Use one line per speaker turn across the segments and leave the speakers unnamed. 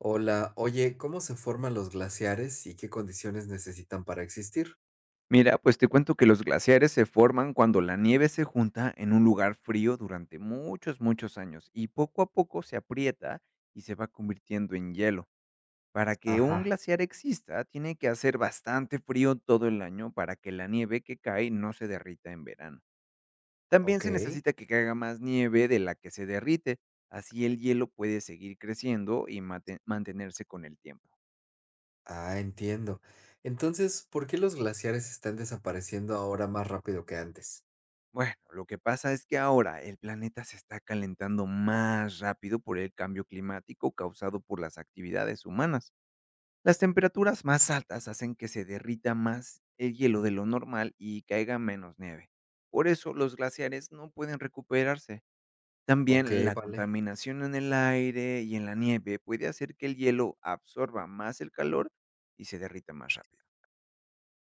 Hola, oye, ¿cómo se forman los glaciares y qué condiciones necesitan para existir?
Mira, pues te cuento que los glaciares se forman cuando la nieve se junta en un lugar frío durante muchos, muchos años y poco a poco se aprieta y se va convirtiendo en hielo. Para que un
Ajá,
glaciar exista, tiene que hacer bastante frío todo el año para que la nieve que cae no se derrita en verano. También
ok.
se necesita que caiga más nieve de la que se derrite, así el hielo puede seguir creciendo y mantenerse con el tiempo.
Ah, entiendo. Entonces, ¿por qué los glaciares están desapareciendo ahora más rápido que antes?
Bueno, lo que pasa es que ahora el planeta se está calentando más rápido por el cambio climático causado por las actividades humanas. Las temperaturas más altas hacen que se derrita más el hielo de lo normal y caiga menos nieve. Por eso los glaciares no pueden recuperarse.
Ok,
También la
vale.
contaminación en el aire y en la nieve puede hacer que el hielo absorba más el calor y se derrita más rápido.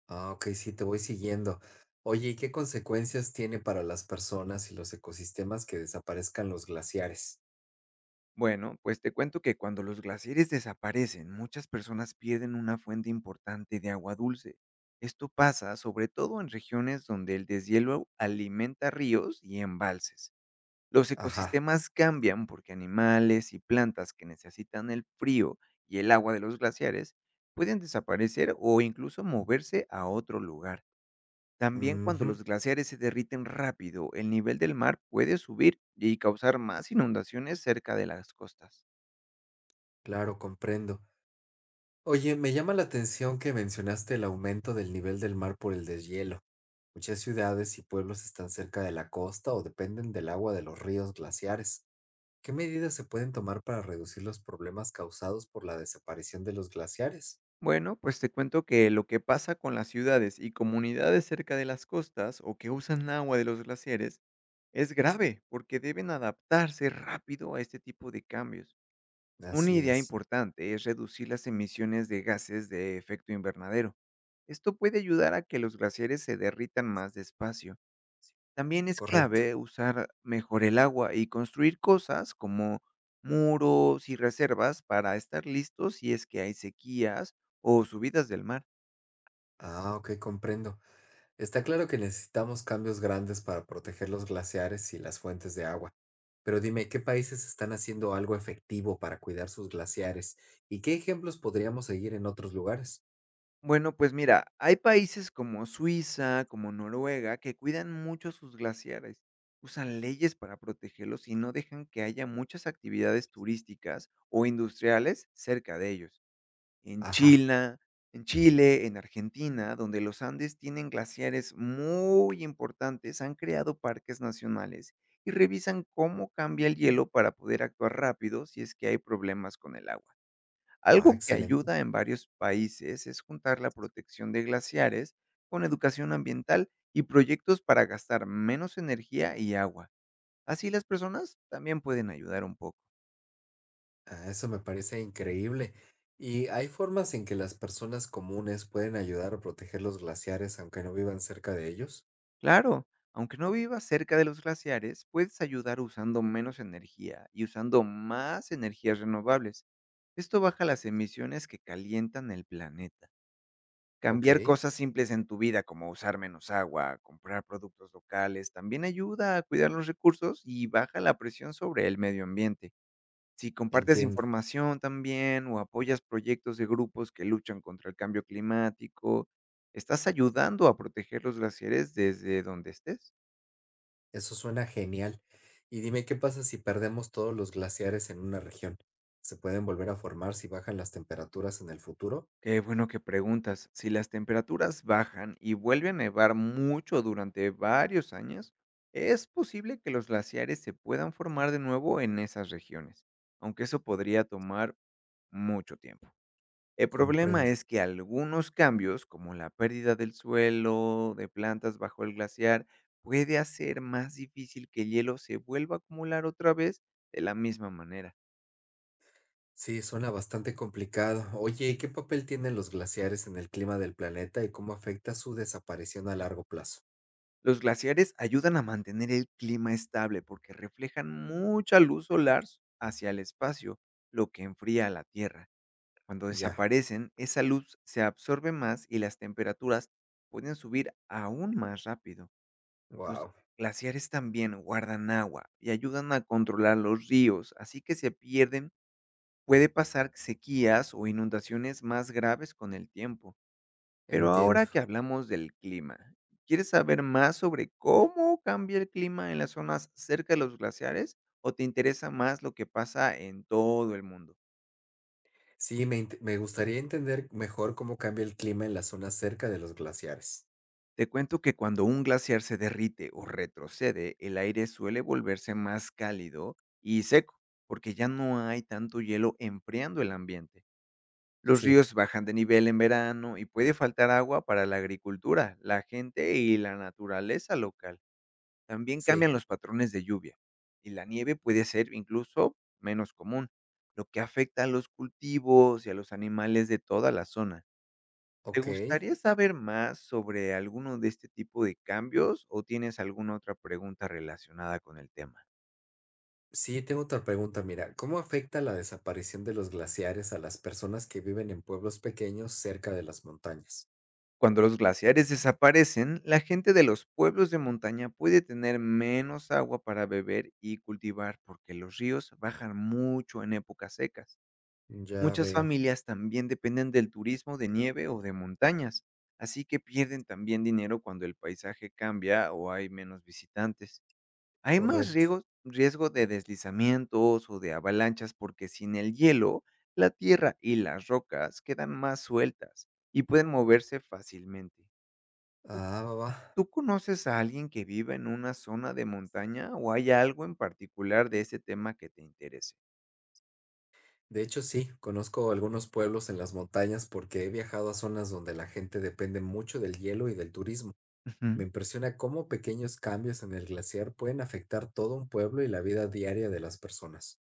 Ah, ok, sí, te voy siguiendo. Oye, ¿y qué consecuencias tiene para las personas y los ecosistemas que desaparezcan los glaciares?
Bueno, pues te cuento que cuando los glaciares desaparecen, muchas personas pierden una fuente importante de agua dulce. Esto pasa sobre todo en regiones donde el deshielo alimenta ríos y embalses. Los
Ajá.
ecosistemas cambian porque animales y plantas que necesitan el frío y el agua de los glaciares pueden desaparecer o incluso moverse a otro lugar. También, cuando
Ujú,
los glaciares se derriten rápido, el nivel del mar puede subir y causar más inundaciones cerca de las costas.
claro, comprendo. Oye, me llama la atención que mencionaste el aumento del nivel del mar por el deshielo. Muchas ciudades y pueblos están cerca de la costa o dependen del agua de los ríos glaciares. ¿Qué medidas se pueden tomar para reducir los problemas causados por la desaparición de los glaciares?
Bueno, pues te cuento que lo que pasa con las ciudades y comunidades cerca de las costas o que usan agua de los glaciares es grave, porque deben adaptarse rápido a este tipo de cambios. Una
Así
idea
es,
importante es reducir las emisiones de gases de efecto invernadero. Esto puede ayudar a que los glaciares se derritan más despacio. También es
correcto.
clave usar mejor el agua y construir cosas como muros y reservas para estar listos si es que hay sequías o subidas del mar.
Ah, ok, comprendo. Está claro que necesitamos cambios grandes para proteger los glaciares y las fuentes de agua. Pero dime, ¿qué países están haciendo algo efectivo para cuidar sus glaciares? ¿Y qué ejemplos podríamos seguir en otros lugares?
Bueno, pues mira, hay países como Suiza, como Noruega, que cuidan mucho sus glaciares, usan leyes para protegerlos y no dejan que haya muchas actividades turísticas o industriales cerca de ellos. En
Ajá,
China, en Chile, en Argentina, donde los Andes tienen glaciares muy importantes, han creado parques nacionales y revisan cómo cambia el hielo para poder actuar rápido si es que hay problemas con el agua.
ah,
Algo que
excelente.
ayuda en varios países es juntar la protección de glaciares con educación ambiental y proyectos para gastar menos energía y agua. Así las personas también pueden ayudar un poco.
Ah, eso me parece increíble. ¿Y hay formas en que las personas comunes pueden ayudar o proteger los glaciares aunque no vivan cerca de ellos?
Claro, aunque no vivas cerca de los glaciares, puedes ayudar usando menos energía y usando más energías renovables. Esto baja las emisiones que calientan el planeta.
Ok,
Cambiar cosas simples en tu vida, como usar menos agua, comprar productos locales, también ayuda a cuidar los recursos y baja la presión sobre el medio ambiente. Si compartes
entiendo.
información también o apoyas proyectos de grupos que luchan contra el cambio climático, estás ayudando a proteger los glaciares desde donde estés.
Eso suena genial. Y dime, ¿qué pasa si perdemos todos los glaciares en una región? ¿Se pueden volver a formar si bajan las temperaturas en el futuro?
Qué bueno que preguntas. Si las temperaturas bajan y vuelve a nevar mucho durante varios años, es posible que los glaciares se puedan formar de nuevo en esas regiones, aunque eso podría tomar mucho tiempo. El problema
Comprendo.
es que algunos cambios, como la pérdida del suelo, de plantas bajo el glaciar, puede hacer más difícil que el hielo se vuelva a acumular otra vez de la misma manera.
Sí, suena bastante complicado. Oye, ¿y qué papel tienen los glaciares en el clima del planeta y cómo afecta su desaparición a largo plazo?
Los glaciares ayudan a mantener el clima estable porque reflejan mucha luz solar hacia el espacio, lo que enfría a la Tierra. Cuando
Ya,
desaparecen, esa luz se absorbe más y las temperaturas pueden subir aún más rápido. Los
wow,
glaciares también guardan agua y ayudan a controlar los ríos, así que se pierden, puede pasar sequías o inundaciones más graves con el tiempo. Pero
entiendo.
ahora que hablamos del clima, ¿quieres saber más sobre cómo cambia el clima en las zonas cerca de los glaciares o te interesa más lo que pasa en todo el mundo?
Sí, me gustaría entender mejor cómo cambia el clima en las zonas cerca de los glaciares.
Te cuento que cuando un glaciar se derrite o retrocede, el aire suele volverse más cálido y seco, porque ya no hay tanto hielo enfriando el ambiente. Los
Sí,
ríos bajan de nivel en verano y puede faltar agua para la agricultura, la gente y la naturaleza local. También
sí,
cambian los patrones de lluvia y la nieve puede ser incluso menos común, lo que afecta a los cultivos y a los animales de toda la zona. ¿Te
ok.
gustaría saber más sobre alguno de este tipo de cambios o tienes alguna otra pregunta relacionada con el tema?
Sí, tengo otra pregunta, mira, ¿cómo afecta la desaparición de los glaciares a las personas que viven en pueblos pequeños cerca de las montañas?
Cuando los glaciares desaparecen, la gente de los pueblos de montaña puede tener menos agua para beber y cultivar, porque los ríos bajan mucho en épocas secas.
Ya
Muchas
veo,
familias también dependen del turismo de nieve o de montañas, así que pierden también dinero cuando el paisaje cambia o hay menos visitantes. Hay más
correcto.
riesgo, riesgo de deslizamientos o de avalanchas, porque sin el hielo, la tierra y las rocas quedan más sueltas y pueden moverse fácilmente. ¿Tú,
Ah, va, va.
tú conoces a alguien que viva en una zona de montaña o hay algo en particular de ese tema que te interese?
De hecho, sí, conozco algunos pueblos en las montañas porque he viajado a zonas donde la gente depende mucho del hielo y del turismo.
Ujú.
Me impresiona cómo pequeños cambios en el glaciar pueden afectar todo un pueblo y la vida diaria de las personas.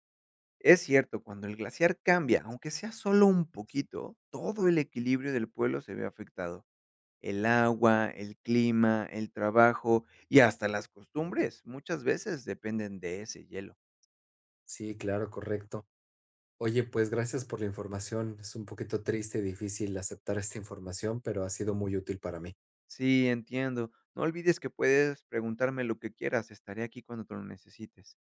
Es cierto, cuando el glaciar cambia, aunque sea solo un poquito, todo el equilibrio del pueblo se ve afectado. El agua, el clima, el trabajo y hasta las costumbres muchas veces dependen de ese hielo.
Sí, claro, correcto. Oye, pues gracias por la información. Es un poquito triste y difícil aceptar esta información, pero ha sido muy útil para mí.
Sí, entiendo. No olvides que puedes preguntarme lo que quieras. Estaré aquí cuando tú lo necesites.